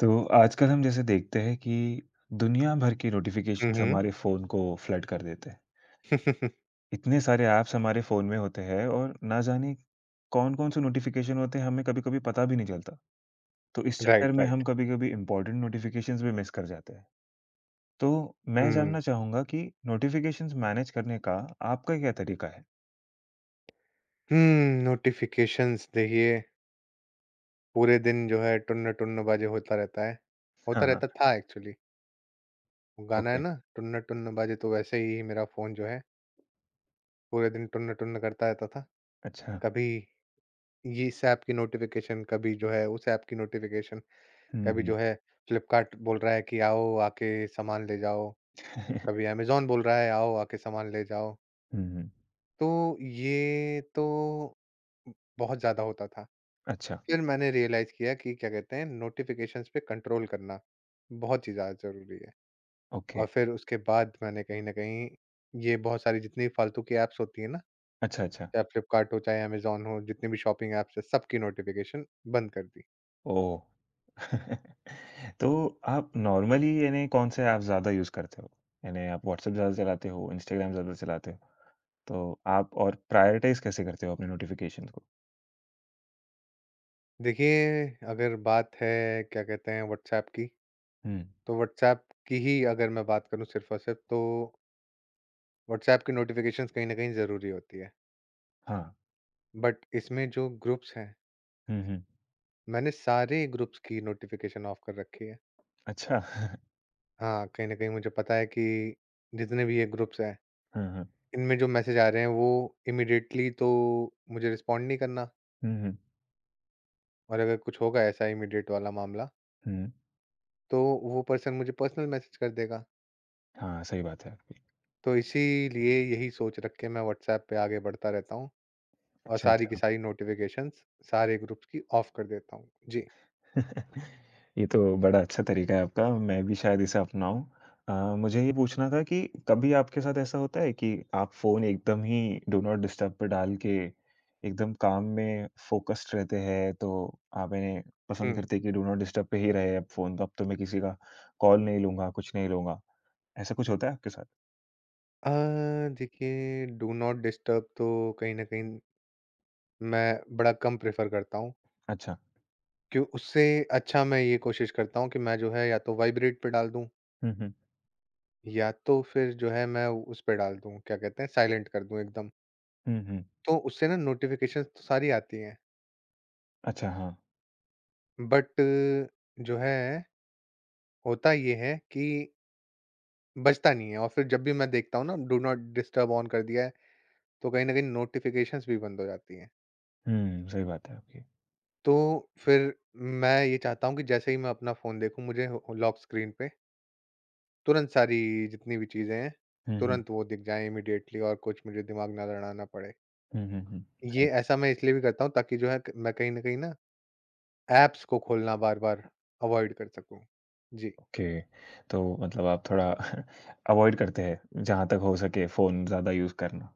तो आजकल हम जैसे देखते हैं कि दुनिया भर की हुँ, नोटिफिकेशंस हुँ। हमारे फ़ोन को फ्लड कर देते हैं। इतने सारे ऐप्स हमारे फ़ोन में होते हैं और ना जाने कौन-कौन से नोटिफिकेशन होते हैं, हमें कभी-कभी पता भी नहीं चलता। तो इस राइट, चक्कर में राइट। हम कभी-कभी इम्पोर्टेंट नोटिफिकेशंस भी मिस कर जाते हैं। तो मैं हुँ। जानना चाहूँगा कि नोटिफिकेशंस मैनेज करने का आपका क्या तरीका है? हुँ, नोटिफ़िकेशंस देखिए पूरे दिन जो है टुन्न-टुन्न बाजे होता रहता है। होता हाँ, हाँ। रहता था एक्चुअली। वो गाना है ओके। ना टुन्न-टुन्न बाजे तो वैसे ही मेरा फ़ोन जो है पूरे दिन टुन्न-टुन्न करता रहता था। अच्छा। कभी ये इस ऐप की नोटिफ़िकेशन, कभी जो है उस ऐप की नोटिफ़िकेशन, हुँ, कभी हुँ। जो है फ्लिपकार्ट बोल रहा है कि आओ आके सामान ले जाओ, कभी अमेज़न बोल रहा है आओ आके सामान ले जाओ। हुँ, हुँ। तो ये तो बहुत ज़्यादा होता था। अच्छा, फिर मैंने रियलाइज़ किया कि क्या कहते हैं नोटिफ़िकेशंस पे कंट्रोल करना बहुत ही ज़्यादा ज़रूरी है। ओके। और फिर उसके बाद मैंने कहीं न कहीं ये बहुत सारी जितनी फालतू की ऐप्स होती हैं ना, अच्छा, अच्छा। चाहे फ्लिपकार्ट हो, चाहे अमेज़न हो, जितनी भी शॉपिंग ऐप्स हैं, सबकी नोटिफ़िकेशन बंद कर दी। ओह! तो आप नॉर्मली यानी कौन से ऐप ज़्यादा यूज़ करते हो? यानी आप व्हाट्सएप ज़्यादा चलाते हो, इंस्टाग्राम ज़्यादा चलाते हो, तो आप और प्रायोरिटाइज़ कैसे करते हो अपने नोटिफ़िकेशंस को? देखिए, अगर बात है क्या कहते हैं व्हाट्सऐप की, हुँ। तो व्हाट्सऐप की ही अगर मैं बात करूँ सिर्फ़ और सिर्फ़ तो व्हाट्सऐप की नोटिफ़िकेशंस कहीं न कहीं ज़रूरी होती है। हाँ। बट इसमें जो ग्रुप्स हैं, हुँ, हुँ। मैंने सारे ग्रुप्स की नोटिफ़िकेशन ऑफ कर रखी है। अच्छा। हाँ, कहीं न कहीं मुझे पता है कि जितने भी ये ग्रुप्स हैं, हाँ, हाँ। इनमें जो मैसेज आ रहे हैं वो इमीडिएटली तो मुझे रिस्पॉन्ड नहीं करना हुँ, हुँ। और अगर कुछ होगा ऐसा इमीडिएट वाला मामला, हुँ। तो वो पर्सन मुझे पर्सनल मैसेज कर देगा। हाँ, सही बात है आपकी। तो इसीलिए यही सोच रख के मैं व्हाट्सएप पे आगे बढ़ता रहता हूँ और अच्छा, सारी की अच्छा। सारी नोटिफ़िकेशंस सारे ग्रुप्स की ऑफ कर देता हूँ। जी। ये तो बड़ा अच्छा तरीका है आपका, मैं भी शायद इसे अपनाऊँ। मुझे ये पूछना था कि कभी आपके साथ ऐसा होता है कि आप फ़ोन एकदम ही डू नॉट डिस्टर्ब पे डाल के एकदम काम में फ़ोकस्ड रहते हैं, तो आप इन्हें पसंद हुँ। करते हैं कि डू नॉट डिस्टर्ब पे ही रहे अब फ़ोन, तो अब तो मैं किसी का कॉल नहीं लूँगा, कुछ नहीं लूँगा। ऐसा कुछ होता है आपके साथ? अ, देखिए डू नॉट डिस्टर्ब तो कहीं न कहीं मैं बड़ा कम प्रेफ़र करता हूँ। अच्छा। कि उससे अच्छा मैं ये कोशिश करता हूँ कि मैं जो है या तो वाइब्रेट पे डाल दूँ हुँ, हुँ। या तो फिर जो है मैं उस पे डाल दूँ क्या कहते हैं साइलेंट कर दूँ एकदम। हुँ, हुँ। तो उससे ना नोटिफ़िकेशंस तो सारी आती हैं अच्छा, हाँ। बट जो है होता ये है कि बजता नहीं है और फिर जब भी मैं देखता हूँ ना डू नॉट डिस्टर्ब ऑन कर दिया है तो कहीं न कहीं नोटिफ़िकेशंस भी बंद हो जाती हैं। हुँ, सही बात है आपकी। तो फिर मैं ये चाहता हूँ कि जैसे ही मैं अपना फ़ोन देखूँ मुझे लॉक स्क्रीन पे तुरंत सारी जितनी भी चीज़ें हैं, हुँ, हुँ। तुरंत वो दिख जाएँ इमीडिएटली और कुछ मुझे दिमाग ना लड़ाना पड़े। हुँ, हुँ, हुँ। ये सही। ऐसा मैं इसलिए भी करता हूँ ताकि जो है क मैं कहीं न कहीं ना ऐप्स को खोलना बार-बार अवॉइड कर सकूँ। जी। ओके, तो मतलब आप थोड़ा अवॉइड करते हैं, जहाँ तक हो सके फ़ोन ज़्यादा यूज़ करना।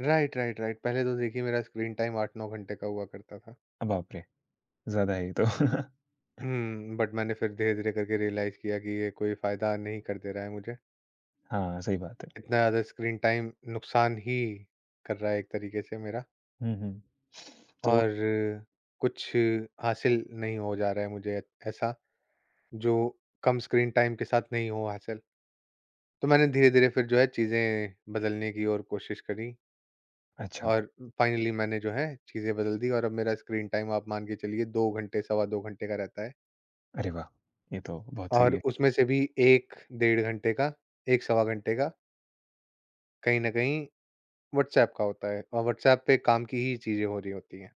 Right, right, right. पहले तो देखिए मेरा स्क्रीन टाइम 8-9 घंटे का हुआ करता था। बाप रे! ज़्यादा है ये तो। हुँ, बट मैंने फिर धीरे-धीरे करके रियलाइज़ किया कि ये कोई फ़ायदा नहीं कर दे रहा है मुझे। हाँ, सही बात है। इतना ज़्यादा स्क्रीन टाइम नुकसान ही कर रहा है एक तरीके से मेरा हुँ, हुँ। तो और कुछ हासिल नहीं हो जा रहा है मुझे ऐसा जो कम स्क्रीन टाइम के साथ नहीं हो हासिल। तो मैंने धीरे-धीरे फिर जो है चीज़ें बदलने की और कोशिश करी अच्छा, और फाइनली मैंने जो है चीज़ें बदल दी और अब मेरा स्क्रीन टाइम आप मान के चलिए 2 घंटे, सवा 2 घंटे का रहता है अरे वाह! ये तो बहुत सही और है। उसमें से भी 1 डेढ़ घंटे का, 1 सवा घंटे का कहीं न कहीं व्हाट्सऐप का होता है और व्हाट्सऐप पे काम की ही चीज़ें हो रही होती हैं।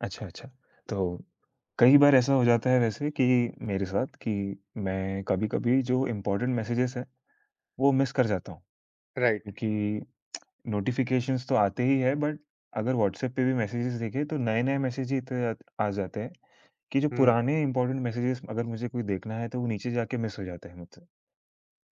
अच्छा, अच्छा, तो कई बार ऐसा हो जाता है वैसे कि मेरे साथ कि मैं कभी-कभी जो इम्पोर्टेंट मैसेजेस हैं, वो मिस कर जाता हूँ, राइट। क्योंकि नोटिफ़िकेशंस तो आते ही हैं बट अगर व्हाट्सएप पे भी मैसेजेस देखें तो नए-नए मैसेज ही इतने आ आ जाते हैं। कि जो हुँ, पुराने इम्पोर्टेंट मैसेजेस अगर मुझे कोई देखना है तो वो नीचे जाके मिस हो जाते हैं मुझसे।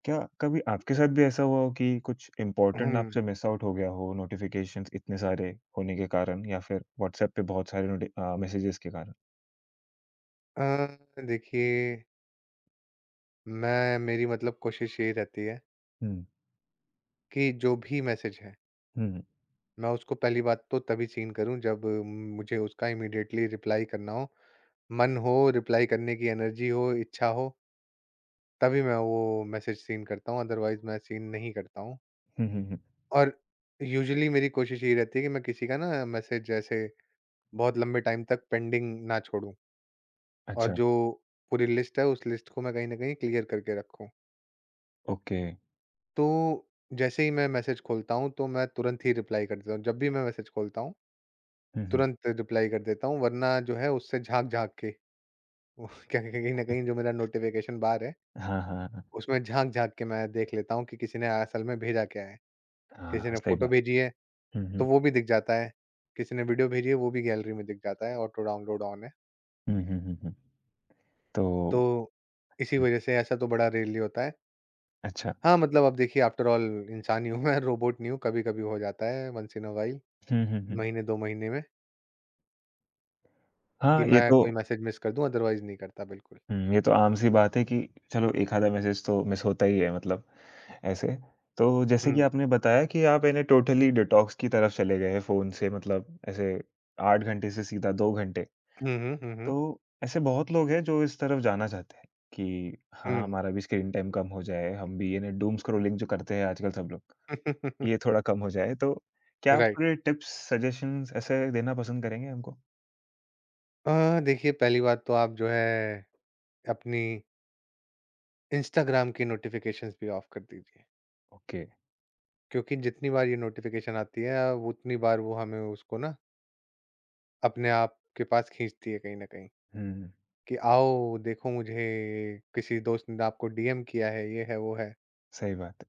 क्या कभी आपके साथ भी ऐसा हुआ हो कि कुछ इम्पोर्टेंट हुँ। आपसे मिस आउट हो गया हो नोटिफ़िकेशंस इतने सारे होने के कारण या फिर व्हाट्सएप पे बहुत सारे मैसेजेस के कारण? अ, देखिए मैं मेरी मतलब कोशिश यही रहती है हुँ, कि जो भी मैसेज है हुँ, मैं उसको पहली बात तो तभी सीन करूँ जब मुझे उसका इमीडिएटली रिप्लाई करना हो, मन हो, रिप्लाई करने की एनर्जी हो, इच्छा हो, तभी मैं वो मैसेज सीन करता हूँ, अदरवाइज़ मैं सीन नहीं करता हूँ। हुँ, हुँ, हुँ। और यूजुअली मेरी कोशिश ये रहती है कि मैं किसी का ना मैसेज ऐसे बहुत लंबे टाइम तक पेंडिंग ना छोड़ूँ और अच्छा, जो पूरी लिस्ट है, उस लिस्ट को मैं कहीं न कहीं क्लियर करके रखूँ। ओके। तो जैसे ही मैं मैसेज खोलता हूँ, तो मैं तुरंत ही रिप्लाई कर देता हूँ। जब भी मैं मैसेज खोलता हूँ, हुँ, हुँ। तुरंत रिप्लाई कर देता हूँ, वरना जो है उससे झाँक-झाँक के वो क्या कहीं न कहीं जो मेरा नोटिफ़िकेशन बार है, हाँ, हाँ, हाँ। उसमें झाँक-झाँक के मैं देख लेता हूँ कि किसी ने असल में भेजा क्या है। किसी हाँ, ने सही फ़ोटो बात भेजी है, है। हुँ, तो हुँ। वो भी दिख जाता है। किसी ने वीडियो भेजी है, वो भी गैलरी में दिख जाता है, ऑटो डाउनलोड ऑन है। हुँ, हुँ, हुँ, हुँ। तो तो इसी हुँ, वजह से ऐसा तो बड़ा रेयरली होता है। अच्छा। हाँ, मतलब अब देखिए आफ्टर ऑल इंसान ही हूँ मैं, रोबोट नहीं हूँ। कभी-कभी हो जाता है वन्स इन अ व्हाइल, हुँ, हुँ, हुँ। महीने 2 महीने में कि हाँ, ये मैं तो कोई मैसेज मिस कर दूँ, अदरवाइज़ नहीं करता बिल्कुल। हुँ, ये तो आम-सी बात है कि चलो एक आधा मैसेज तो मिस होता ही है मतलब। ऐसे। तो जैसे कि हुँ। आपने बताया कि आप यानी टोटली डिटॉक्स की तरफ चले गए हैं फ़ोन से मतलब ऐसे 8 घंटे से सीधा 2 घंटे। हुँ, हुँ, हुँ, हुँ, तो ऐसे बहुत लोग हैं जो इस तरफ जाना चाहते हैं कि हाँ, हुँ। हमारा भी स्क्रीन टाइम कम हो जाए, हम भी यानी डूम स्क्रॉलिंग जो करते हैं आजकल सब लोग, ये थोड़ा कम हो जाए। तो क्या आप राइट। थोड़े टिप्स, सजेशंस ऐसे देना पसंद करेंगे हमको? देखिए पहली बात तो आप जो है अपनी इंस्टाग्राम की नोटिफिकेशंस भी ऑफ कर दीजिए ओके। क्योंकि जितनी बार ये नोटिफिकेशन आती है वो उतनी बार वो हमें उसको ना अपने आप के पास खींचती है कहीं ना कहीं हुँ, कि आओ देखो मुझे किसी दोस्त ने आपको डीएम किया है ये है वो है सही बात है।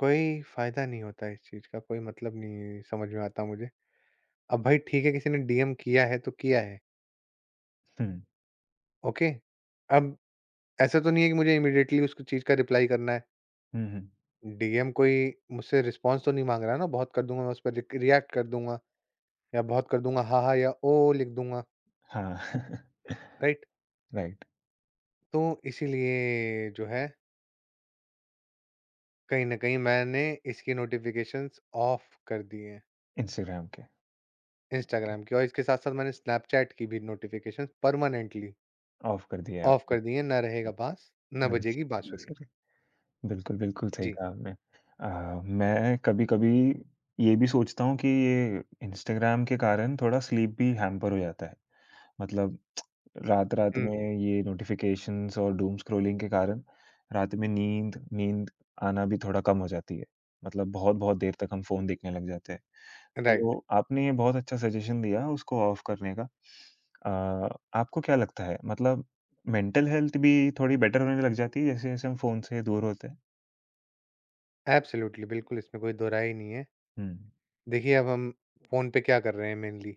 कोई फायदा नहीं होता इस चीज का कोई मतलब नहीं समझ में आता मुझे अब भाई ठीक है किसी ने डीएम किया है तो किया है हुँ, ओके अब ऐसा तो नहीं है कि मुझे इमिडिएटली उसको चीज का रिप्लाई करना है हुँ, हुँ। डीएम कोई मुझसे रिस्पॉन्स तो नहीं मांग रहा ना बहुत कर दूंगा मैं उस पर रिएक्ट कर दूंगा या बहुत कर दूँगा, हा, हा या ओ लिख दूँगा, हाँ, राइट? राइट। तो इसीलिए जो है, कहीं न कहीं मैंने इसकी नोटिफ़िकेशंस ऑफ कर दी हैं, इंस्टाग्राम के, ओके, इंस्टाग्राम की और इसके साथ-साथ मैंने स्नैपचैट की भी नोटिफ़िकेशंस परमानेंटली ऑफ कर दिया है ऑफ आपने। कर दी हैं, ना रहेगा बाँस, ना हाँ जी। बजेगी बस। बाँसुरी। बिल्कुल, बिल्कुल सही जी। कहा आपने। मैं कभी-कभी ये भी सोचता हूँ कि ये इंस्टाग्राम के कारण थोड़ा स्लीप भी हैम्पर हो जाता है। मतलब रात-रात में हुँ, ये नोटिफ़िकेशंस और डूम स्क्रॉलिंग के कारण रात में नींद नींद आना भी थोड़ा कम हो जाती है। मतलब बहुत-बहुत देर तक हम फ़ोन देखने लग जाते हैं। राइट। तो आपने ये बहुत अच्छा सजेशन दिया उसको ऑफ करने का। अ, आपको क्या लगता है मतलब मेंटल हेल्थ भी थोड़ी बेटर होने लग जाती है जैसे-जैसे हम फ़ोन से दूर होते हैं? एब्सोल्यूटली, बिल्कुल इसमें कोई दो राय ही नहीं है। हुँ। देखिए, अब हम फ़ोन पे क्या कर रहे हैं मेनली?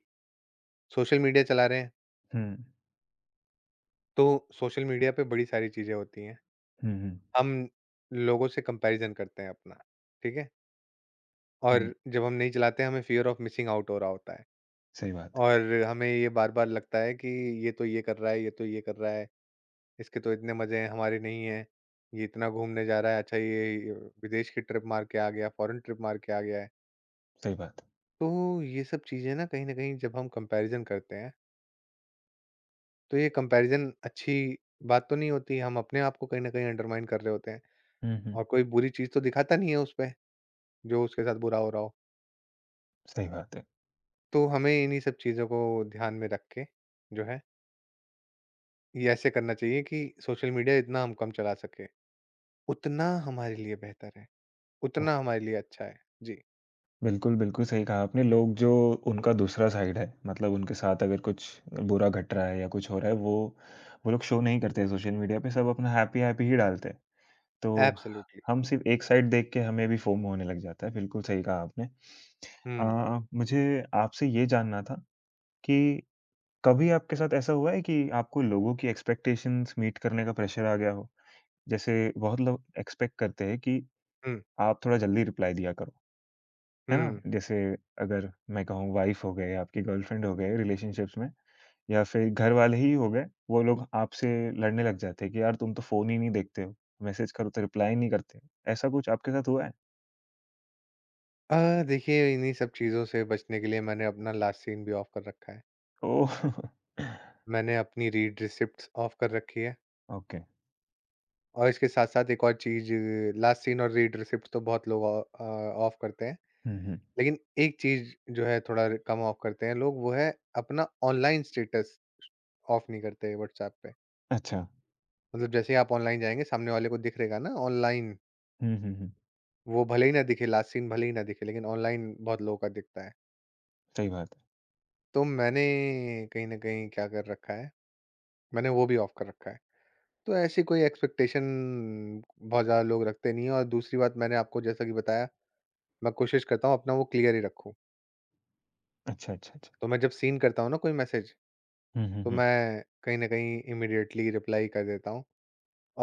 सोशल मीडिया चला रहे हैं, हुँ। तो सोशल मीडिया पे बड़ी सारी चीज़ें होती हैं। हुँ, हुँ। हम लोगों से कंपैरिज़न करते हैं अपना, ठीक है? और हुँ, जब हम नहीं चलाते हमें फ़ियर ऑफ मिसिंग आउट हो रहा होता है। सही बात है, और हमें ये बार-बार लगता है कि ये तो ये कर रहा है, ये तो ये कर रहा है, इसके तो इतने मज़े हैं, हमारे नहीं हैं। ये इतना घूमने जा रहा है, अच्छा ये विदेश की ट्रिप मार के आ गया, फ़ॉरेन ट्रिप मार के आ गया है। सही बात है। तो ये सब चीज़ें ना कहीं न कहीं जब हम कंपैरिज़न करते हैं, तो ये कंपैरिज़न अच्छी बात तो नहीं होती, हम अपने आप को कहीं न कहीं अंडरमाइन कर रहे होते हैं। हुँ, हुँ, और कोई बुरी चीज़ तो दिखाता नहीं है उसपे, जो उसके साथ बुरा हो रहा हो। सही बात है। तो हमें इन्हीं सब चीज़ों को ध्यान में रख के, जो है ये ऐसे करना चाहिए कि सोशल मीडिया इतना हम कम चला सके, उतना हमारे लिए बेहतर है, उतना ओके, हमारे लिए अच्छा है। जी, बिल्कुल, बिल्कुल सही कहा आपने। लोग जो उनका दूसरा साइड है, मतलब उनके साथ अगर कुछ बुरा घट रहा है या कुछ हो रहा है, वो लोग शो नहीं करते हैं सोशल मीडिया पे, सब अपना हैप्पी-हैप्पी ही डालते हैं। तो एब्सोल्युटली। हम सिर्फ़ एक साइड देख के हमें भी फ़ोमो होने लग जाता है, बिल्कुल सही कहा आपने। हुँ, मुझे आपसे ये जानना था कि कभी आपके साथ ऐसा हुआ है कि आपको लोगों की एक्सपेक्टेशंस मीट करने का प्रेशर आ गया हो? जैसे बहुत लोग एक्सपेक्ट करते हैं कि हुँ, आप थोड़ा जल्दी रिप्लाई दिया करो, है ना? हुँ। जैसे अगर मैं कहूँ वाइफ हो गए, आपकी गर्लफ्रेंड हो गए रिलेशनशिप्स में या फिर घर वाले ही हो गए, वो लोग आपसे लड़ने लग जाते हैं कि यार तुम तो फ़ोन ही नहीं देखते हो, मैसेज करो तो रिप्लाई नहीं करते हो। ऐसा कुछ आपके साथ हुआ है? देखिए इन्हीं सब चीज़ों से बचने के लिए मैंने अपना लास्ट सीन भी ऑफ कर रखा है। ओह! मैंने अपनी रीड रिसिप्ट्स ऑफ कर रखी है ओके। और इसके साथ-साथ एक और चीज़ लास्ट सीन और रीड रिसिप्ट्स तो बहुत लोग ऑफ करते हैं। हुँ, हुँ। लेकिन एक चीज़ जो है थोड़ा कम ऑफ करते हैं लोग वो है अपना ऑनलाइन स्टेटस ऑफ नहीं करते व्हाट्सऐप पे। अच्छा। मतलब जैसे ही आप ऑनलाइन जाएँगे सामने वाले को दिख रहेगा ना ऑनलाइन, हुँ, हुँ, हुँ। वो भले ही ना दिखे, लास्ट सीन भले ही ना दिखे, लेकिन ऑनलाइन बहुत लोगों का दिखता है। सही बात है। तो मैंने कहीं न कहीं क्या कर रखा है, मैंने वो भी ऑफ कर रखा है। तो ऐसी कोई एक्सपेक्टेशन बहुत ज़्यादा लोग रखते नहीं हैं और दूसरी बात मैंने आपको जैसा कि बताया, मैं कोशिश करता हूँ अपना वो क्लियर ही रखूँ। अच्छा, अच्छा, अच्छा। तो मैं जब सीन करता हूँ ना कोई मैसेज, हुँ, हुँ, तो हुँ। मैं कहीं न कहीं इमीडिएटली रिप्लाई कर देता हूँ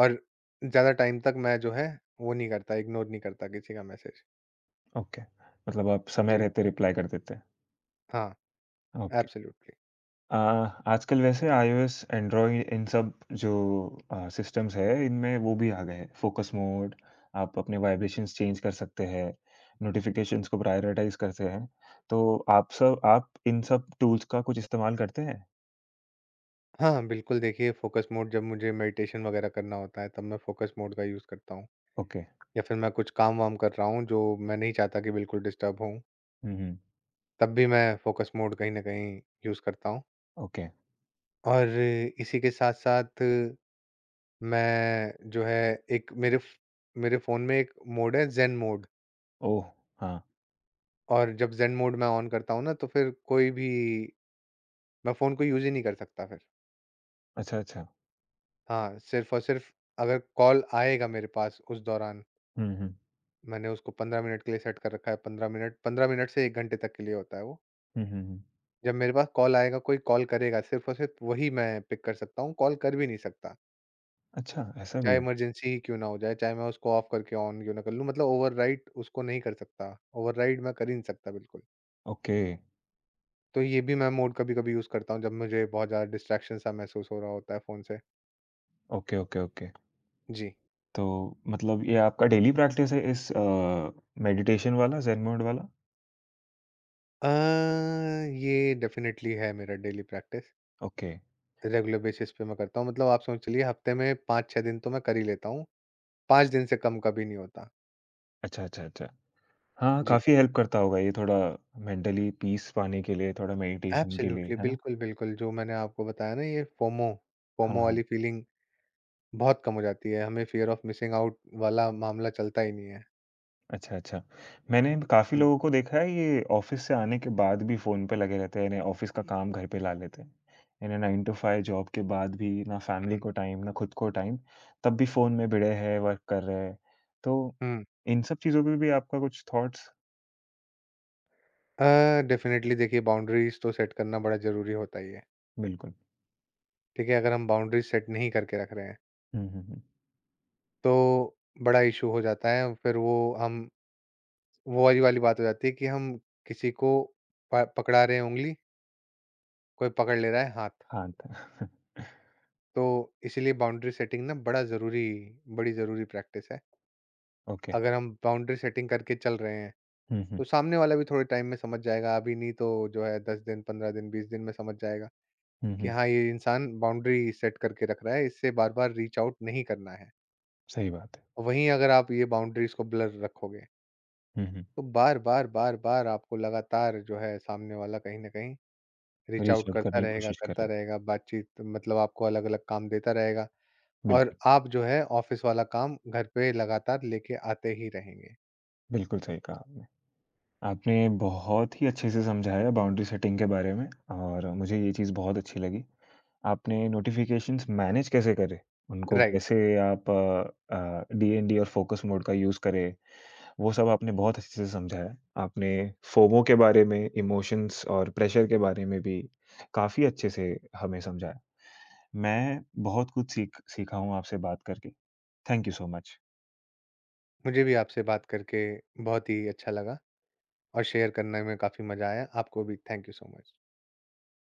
और ज़्यादा टाइम तक मैं जो है, वो नहीं करता, इग्नोर नहीं करता किसी का मैसेज। ओके। मतलब आप समय जी, रहते रिप्लाई कर देते हैं। हाँ, ओके। एब्सोल्यूटली। आ, आजकल वैसे iOS, एंड्रॉइड इन सब जो सिस्टम्स है इनमें वो भी आ गए हैं फोकस मोड। आप अपने वाइब्रेशंस चेंज कर सकते हैं, नोटिफिकेशंस को प्रायोरिटाइज करते हैं, तो आप सब आप इन सब टूल्स का कुछ इस्तेमाल करते हैं? हाँ, बिल्कुल देखिए फ़ोकस मोड जब मुझे मेडिटेशन वग़ैरह करना होता है, तब मैं फ़ोकस मोड का यूज़ करता हूँ। ओके। या फिर मैं कुछ काम-वाम कर रहा हूँ, जो मैं नहीं चाहता कि बिल्कुल डिस्टर्ब होऊँ, हम्म, हम्म। तब भी मैं फ़ोकस मोड कहीं न कहीं यूज़ करता हूँ। ओके। और इसी के साथ-साथ मैं जो है एक मेरे फ़ोन में एक मोड है ज़ेन मोड ओह, हाँ। और जब ज़ेन मोड मैं ऑन करता हूँ ना, तो फिर कोई भी मैं फ़ोन को यूज़ ही नहीं कर सकता फिर। अच्छा, अच्छा। हाँ, सिर्फ़ और सिर्फ़ अगर कॉल आएगा मेरे पास उस दौरान हम्म, हम्म, मैंने उसको 15 मिनट के लिए सेट कर रखा है, 15 मिनट 15 मिनट से 1 घंटे तक के लिए होता है वो। हम्म, हम्म, जब मेरे पास कॉल आएगा, कोई कॉल करेगा, सिर्फ़ और सिर्फ़ वही मैं पिक कर सकता हूँ, कॉल कर भी नहीं सकता। अच्छा, ऐसा भी चाहे है? इमरजेंसी ही क्यों ना हो जाए, चाहे मैं उसको ऑफ करके ऑन क्यों ना कर लूँ, मतलब ओवरराइड उसको नहीं कर सकता, ओवरराइड मैं कर ही नहीं सकता बिल्कुल। ओके, तो ये भी मैं मोड कभी-कभी यूज़ करता हूँ, जब मुझे बहुत ज़्यादा डिस्ट्रैक्शन सा महसूस हो रहा होता है फ़ोन से। Okay, okay. ओके, जी। तो मतलब ये आपका डेली प्रैक्टिस है इस मेडिटेशन वाला zen मोड वाला? अ, ये डेफ़िनेटली है मेरा daily practice, okay. Regular basis पे मैं करता हूँ, मतलब आप समझ चलिए हफ़्ते में 5-6 दिन तो मैं कर ही लेता हूँ। 5 दिन से कम कभी नहीं होता। अच्छा, अच्छा, अच्छा। हाँ, जी, काफ़ी हेल्प करता होगा ये थोड़ा मेंटली पीस पाने के लिए, थोड़ा मेडिटेशन के लिए, एब्सोल्युटली है ना? बिल्कुल, बिल्कुल जो मैंने आपको बताया ना ये फोमो, हाँ, फोमो वाली हाँ। फीलिंग बहुत कम हो जाती है, हमें फ़ियर ऑफ मिसिंग आउट वाला मामला चलता ही नहीं है। अच्छा, अच्छा। मैंने काफ़ी हुँ, लोगों को देखा है ये ऑफ़िस से आने के बाद भी फ़ोन पे लगे रहते हैं, यानी ऑफ़िस का काम घर पे ला लेते हैं। यानी 9 टू 5 जॉब के बाद भी ना फैमिली हुँ, को टाइम, ना खुद को टाइम, तब भी फ़ोन में भिड़े हैं, वर्क कर रहे हैं। तो हुँ। इन सब चीज़ों पे भी आपका कुछ थॉट्स? डेफिनिटली देखिए बाउंड्रीज़ तो सेट करना बड़ा ज़रूरी होता ही है, बिल्कुल। ठीक है? अगर हम बाउंड्रीज़ सेट नहीं करके रख रहे हैं, हुँ, हुँ, हुँ। तो बड़ा इश्यू हो जाता है फिर वो हम वो वाली वाली बात हो जाती है कि हम किसी को प पकड़ा रहे हैं उँगली, कोई पकड़ ले रहा है हाथ। हाँ, त तो इसीलिए बाउंड्री सेटिंग ना बड़ा ज़रूरी बड़ी ज़रूरी प्रैक्टिस है। ओके। अगर हम बाउंड्री सेटिंग करके चल रहे हैं, हुँ, हुँ। तो सामने वाला भी थोड़े टाइम में समझ जाएगा, अभी नहीं तो जो है 10 दिन, 15 दिन, 20 दिन में समझ जाएगा हुँ, कि हुँ। हाँ, ये इंसान बाउंड्री सेट करके रख रहा है, इससे बार-बार रीच आउट नहीं करना है। सही बात है। वहीं अगर आप ये बाउंड्रीज़ को ब्लर रखोगे, हुँ, हुँ। तो बार-बार, बार-बार आपको लगातार जो है सामने वाला कहीं न कहीं रीच रीच आउट आउट करने की कोशिश करता करेगा। रहेगा, बातचीत मतलब आपको अलग-अलग काम देता रहेगा। और बिल्कुल, आप जो है ऑफिस वाला काम घर पे लगातार लेके आते ही रहेंगे। बिल्कुल सही कहा आपने। आपने बहुत ही अच्छे से समझाया बाउंड्री सेटिंग के बारे में, और मुझे ये चीज़ बहुत अच्छी लगी। आपने नोटिफ़िकेशंस मैनेज कैसे करें, उनको राइट, कैसे आप डीएनडी और फ़ोकस मोड का यूज़ करें, वो सब आपने बहुत अच्छे से समझाया। आपने फोमो के बारे में, इमोशंस और प्रेशर के बारे में भी काफ़ी अच्छे से हमें समझाया। मैं बहुत कुछ सीखा हूँ आपसे बात करके। Thank you so much. मुझे भी आपसे बात करके बहुत ही अच्छा लगा और शेयर करने में काफ़ी मज़ा आया। आपको भी थैंक यू सो मच।